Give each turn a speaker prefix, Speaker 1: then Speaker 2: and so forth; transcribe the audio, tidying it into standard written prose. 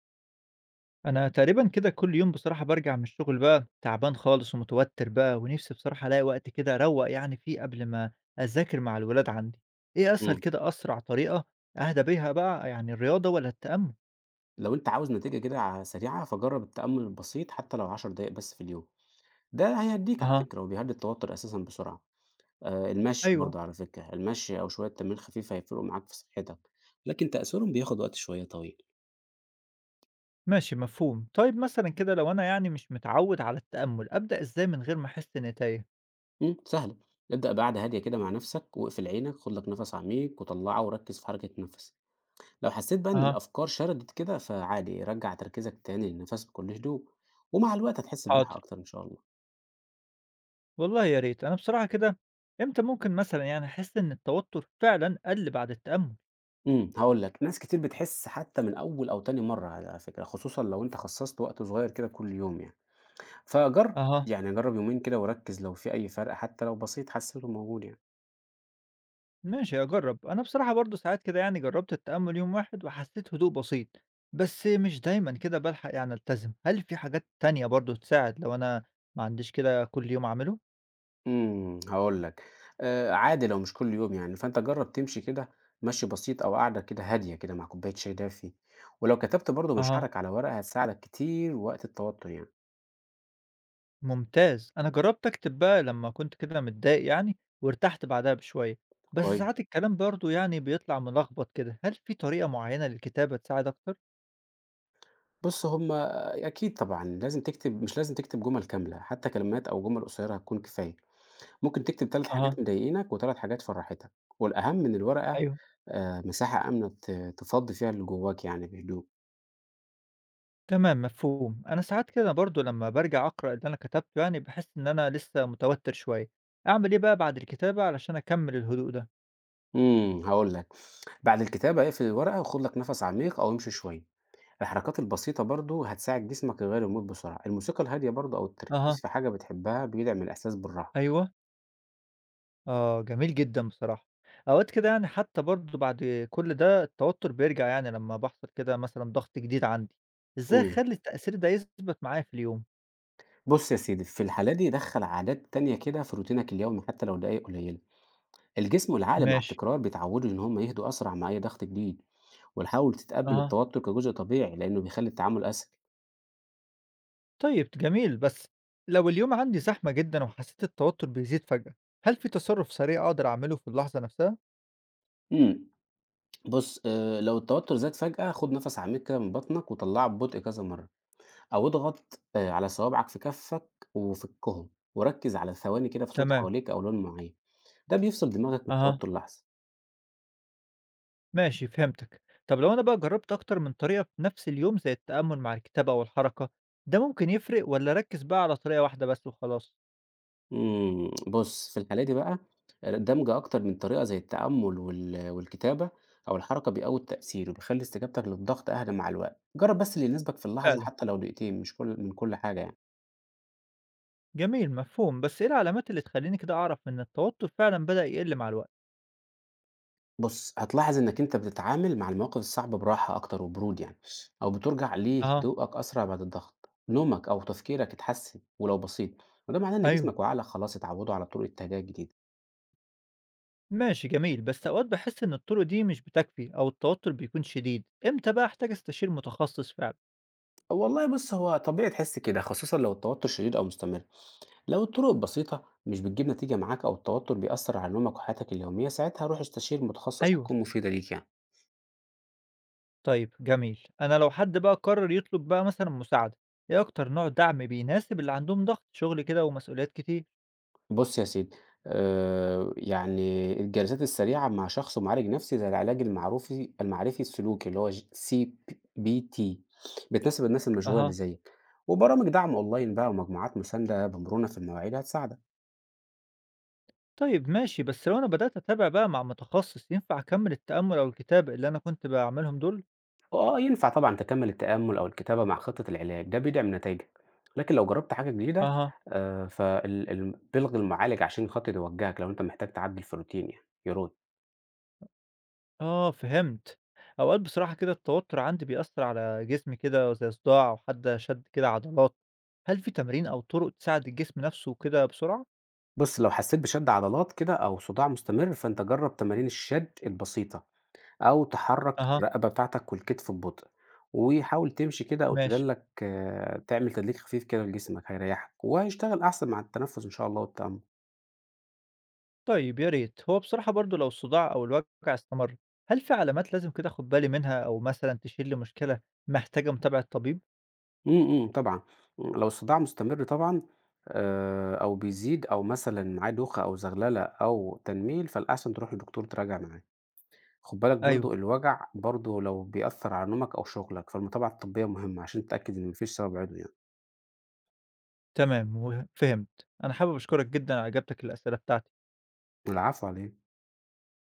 Speaker 1: أنا تقريبًا كده كل يوم بصراحة بارجع من الشغل بقى تعبان خالص ومتوتر بقى، ونفسي بصراحة ألاقي وقت كده أروّق يعني فيه قبل ما أذاكر مع الولاد عندي. إيه أسهل
Speaker 2: إمم.
Speaker 1: كده أسرع طريقة أهدى بيها بقى يعني الرياضة والّا التأمل؟
Speaker 2: لو أنت عاوز نتيجة كده ع سريعة، فجرّب التأمل البسيط حتى لو 10 دقايق بس في اليوم، ده هيهدّيك على
Speaker 1: أها.
Speaker 2: فكرة وبيهدّي التوتر أساسًا بسرعة. المشي
Speaker 1: أيوه،
Speaker 2: برضه على فكرة، المشي أو شوية تمرين خفيف هيفرقوا معاك في صحتك، لكن تأثيرهم بياخد وقت شوية طويل.
Speaker 1: ماشي مفهوم. طيب مثلًا كده لو أنا يعني مش متعود على التأمل، أبدأ إزاي من غير ما أحس إني تايه؟
Speaker 2: إمم، سهلة، ابدأ بقعدة هادية كده مع نفسك واقفل عينك، خُد لك نفس عميق وطلّعه وركّز في حركة نفسك. لو حسيت بقى إن
Speaker 1: أها.
Speaker 2: الأفكار شردت كده، فعادي رجّع تركيزك تاني للنفس بكل هدوء، ومع الوقت هتحس
Speaker 1: حاضر،
Speaker 2: براحة أكتر إن شاء الله.
Speaker 1: والله يا ريت. أنا بصراحة كده إمتى ممكن مثلًا يعني أحس إن التوتر فعلًا قَل بعد التأمل؟
Speaker 2: إمم، هاقول لك، ناس كتير بتحس حتى من أول أو تاني مرّة على فكرة، خصوصًا لو أنت خصّصت وقت صغير كده كل يوم يعني، فجرّب
Speaker 1: أها.
Speaker 2: يعني جرّب يومين كده وركّز لو في أي فرق حتى لو بسيط حسّيته موجود يعني.
Speaker 1: ماشي أجرّب، أنا بصراحة برضه ساعات كده يعني جرّبت التأمُّل يوم واحد وحسّيت هدوء بسيط، بس مش دايمًا كده بالحق يعني ألتزم، هل في حاجات تانية برضه تساعد لو أنا ما عنديش كده كل يوم أعمله؟
Speaker 2: إمم، هاقول لك، عادي لو مش كل يوم يعني، فأنت جرّب تمشي كده مشي بسيط أو قعدة كده هادية كده مع كوباية شاي دافي، ولو كتبت برضه
Speaker 1: أها.
Speaker 2: مشاعرك على ورقة هتساعدك كتير وقت التوتر يعني،
Speaker 1: ممتاز، أنا جرّبت أكتب بقى لمّا كنت كده متضايق يعني وارتحت بعدها بشوية، بس
Speaker 2: كويس.
Speaker 1: ساعات الكلام برضه يعني بيطلع ملخبط كده، هل في طريقة معيّنة للكتابة تساعد أكتر؟
Speaker 2: بُص هُم أكيد طبعًا لازم تكتب مش لازم تكتب جُمل كاملة، حتى كلمات أو جُمل قصيّرة هتكون كفاية. ممكن تكتب 3
Speaker 1: أها،
Speaker 2: حاجات مضايقينك و3 حاجات فرّحتك، والأهم من الورقة
Speaker 1: أيوه.
Speaker 2: مساحة آمنة تفضّي فيها اللي جواك يعني بهدوء.
Speaker 1: تمام مفهوم، انا ساعات كده برضو لما برجع اقرا اللي انا كتبته يعني بحس ان انا لسه متوتر شويه. اعمل ايه بقى بعد الكتابه علشان اكمل الهدوء ده؟
Speaker 2: إمم، هاقول لك، بعد الكتابة اقفل الورقة وخُد لك نَفَس عميق أو امشي شوية، الحركات البسيطة برضه هتساعد جسمك يغيّر المود بسرعة، الموسيقى الهادية برضه أو
Speaker 1: اها.
Speaker 2: التركيز في حاجة بتحبها بيدعم الإحساس بالراحة.
Speaker 1: ايوه. اه جميل جدا بصراحه. اوقات كده يعني حتى برضو بعد كل ده التوتر بيرجع يعني لما بحصل كده مثلا ضغط جديد عندي. ازاي
Speaker 2: إمم،
Speaker 1: اخلي التاثير ده يثبت معايا في اليوم؟
Speaker 2: بُص يا سيدي، في الحالة دي دخّل عادات تانية كده في روتينك اليومي حتى لو دقايق قليلة، الجسم والعقل مع
Speaker 1: ماشي.
Speaker 2: التكرار بيتعودوا إن هم يهدوا أسرع مع أي ضغط جديد. ونحاول تتقبل
Speaker 1: اها.
Speaker 2: التوتر كجزء طبيعي لأنه بيخلي التعامل أسهل.
Speaker 1: طيب جميل، بس لو اليوم عندي زحمه جدا وحسيت التوتر بيزيد فجاه، هل في تصرف سريع اقدر اعمله في اللحظه نفسها؟
Speaker 2: امم بُص، لو التوتر زاد فجأة خُد نَفَس عميق كده من بطنك وطلّعه ببطء كذا مرّة، أو اضغط على صوابعك في كفّك وفكّهم، وركّز على ثواني كده في صوت
Speaker 1: تمام.
Speaker 2: حواليك أو لون معيّن، ده بيفصل دماغك من
Speaker 1: اها.
Speaker 2: التوتر لحظة.
Speaker 1: ماشي فهمتك. طب لو أنا بقى جربت أكتر من طريقة في نفس اليوم زي التأمل مع الكتابة أو الحركة، ده ممكن يفرق ولا أركز بقى على طريقة واحدة بس وخلاص؟
Speaker 2: بُص، في الحالة دي بقى دمج أكتر من طريقة زي التأمل والكتابة أو الحركة بيقوي التأثير وبيخلّي استجابتك للضغط أهدى مع الوقت. جرّب بس اللي يناسبك في اللحظة
Speaker 1: فعلا.
Speaker 2: حتى لو دقيقتين مش كل من كل حاجة يعني.
Speaker 1: جميل مفهوم، بس إيه العلامات اللي تخليني كده أعرف إن التوتر فعلا بدأ يقل مع الوقت؟
Speaker 2: بُص، هتلاحظ إنك أنت بتتعامل مع المواقف الصعبة براحة أكتر وبرود يعني، أو بترجع
Speaker 1: أها.
Speaker 2: لهدوءك أسرع بعد الضغط، نومك أو تفكيرك اتحسن ولو بسيط، وده معناه إن
Speaker 1: أيوه.
Speaker 2: جسمك وعقلك خلاص اتعودوا على طرق التهدئة الجديدة.
Speaker 1: ماشي جميل، بس أوقات بحس إن الطرق دي مش بتكفي أو التوتر بيكون شديد، إمتى بقى أحتاج أستشير متخصص فعلا؟
Speaker 2: والله بُص، هو طبيعي تحس كده خصوصًا لو التوتر شديد أو مستمر، لو الطرق بسيطة مش بتجيب نتيجة معاك أو التوتر بيأثر على نومك وحياتك اليومية، ساعتها روح استشير متخصص
Speaker 1: أيوه.
Speaker 2: هتكون مفيدة ليك يعني.
Speaker 1: طيب جميل، أنا لو حد بقى قرر يطلب بقى مثلا مساعدة، إيه أكتر نوع دعم بيناسب اللي عندهم ضغط شغل كده ومسؤوليات كتير؟
Speaker 2: بُص يا سيدي، يعني الجلسات السريعة مع شخص معالج نفسي زي العلاج المعرفي السلوكي اللي هو ج CBT بتناسب الناس المشغولة اللي
Speaker 1: أها.
Speaker 2: زيك، وبرامج دعم أونلاين بقى ومجموعات مساندة بمرونة في المواعيد هتساعدك،
Speaker 1: طيب ماشي، بس لو أنا بدأت أتابع بقى مع متخصص ينفع أكمّل التأمُّل أو الكتابة اللي أنا كنت باعملهم دول؟
Speaker 2: وآه ينفع طبعًا تكمل التأمل أو الكتابة مع خطة العلاج، ده بيدعم نتايجك، لكن لو جربت حاجة جديدة
Speaker 1: أها،
Speaker 2: فال ال بِلغ المعالج عشان خاطر يوجهك لو أنت محتاج تعدل في روتين يعني، يرُد.
Speaker 1: آه فهمت. أوقات بصراحة كده التوتر عندي بيأثّر على جسمي كده زي صداع أو حتى شَد كده عضلات. هل في تمارين أو طُرق تساعد الجسم نَفْسه كده بسرعة؟
Speaker 2: بُص، لو حسيت بشد عضلات كده أو صداع مستمر، فأنت جرّب تمارين الشد البسيطة أو تحرّك
Speaker 1: أها،
Speaker 2: الرقبة بتاعتك والكتف ببطء، وحاول تمشي كده أو
Speaker 1: ماشي.
Speaker 2: تدلّك آه، تعمل تدليك خفيف كده لجسمك هيريّحك، وهيشتغل أحسن مع التنفس إن شاء الله والتأمل.
Speaker 1: طيب يا ريت. هو بصراحة برضه لو الصداع أو الوجع استمر، هل في علامات لازم كده آخُد بالي منها أو مثلًا تشير لمشكلة محتاجة متابعة طبيب؟
Speaker 2: إمم، إمم، طبعًا. لو الصداع مستمر طبعًا أو بيزيد أو مثلًا معاه دوخة أو زغللة أو تنميل، فالأحسن تروح لدكتور تراجع معاه. خُد بالك
Speaker 1: أيوه،
Speaker 2: برضه الوجع برضه لو بيأثّر على نومك أو شُغلك، فالمتابعة الطبية مهمة عشان تتأكد إن ما فيش سبب عضوي يعني.
Speaker 1: تمام و فهمت. أنا حابب أشكرك جدًا على إجابتك للأسئلة بتاعتي.
Speaker 2: العفو على إيه؟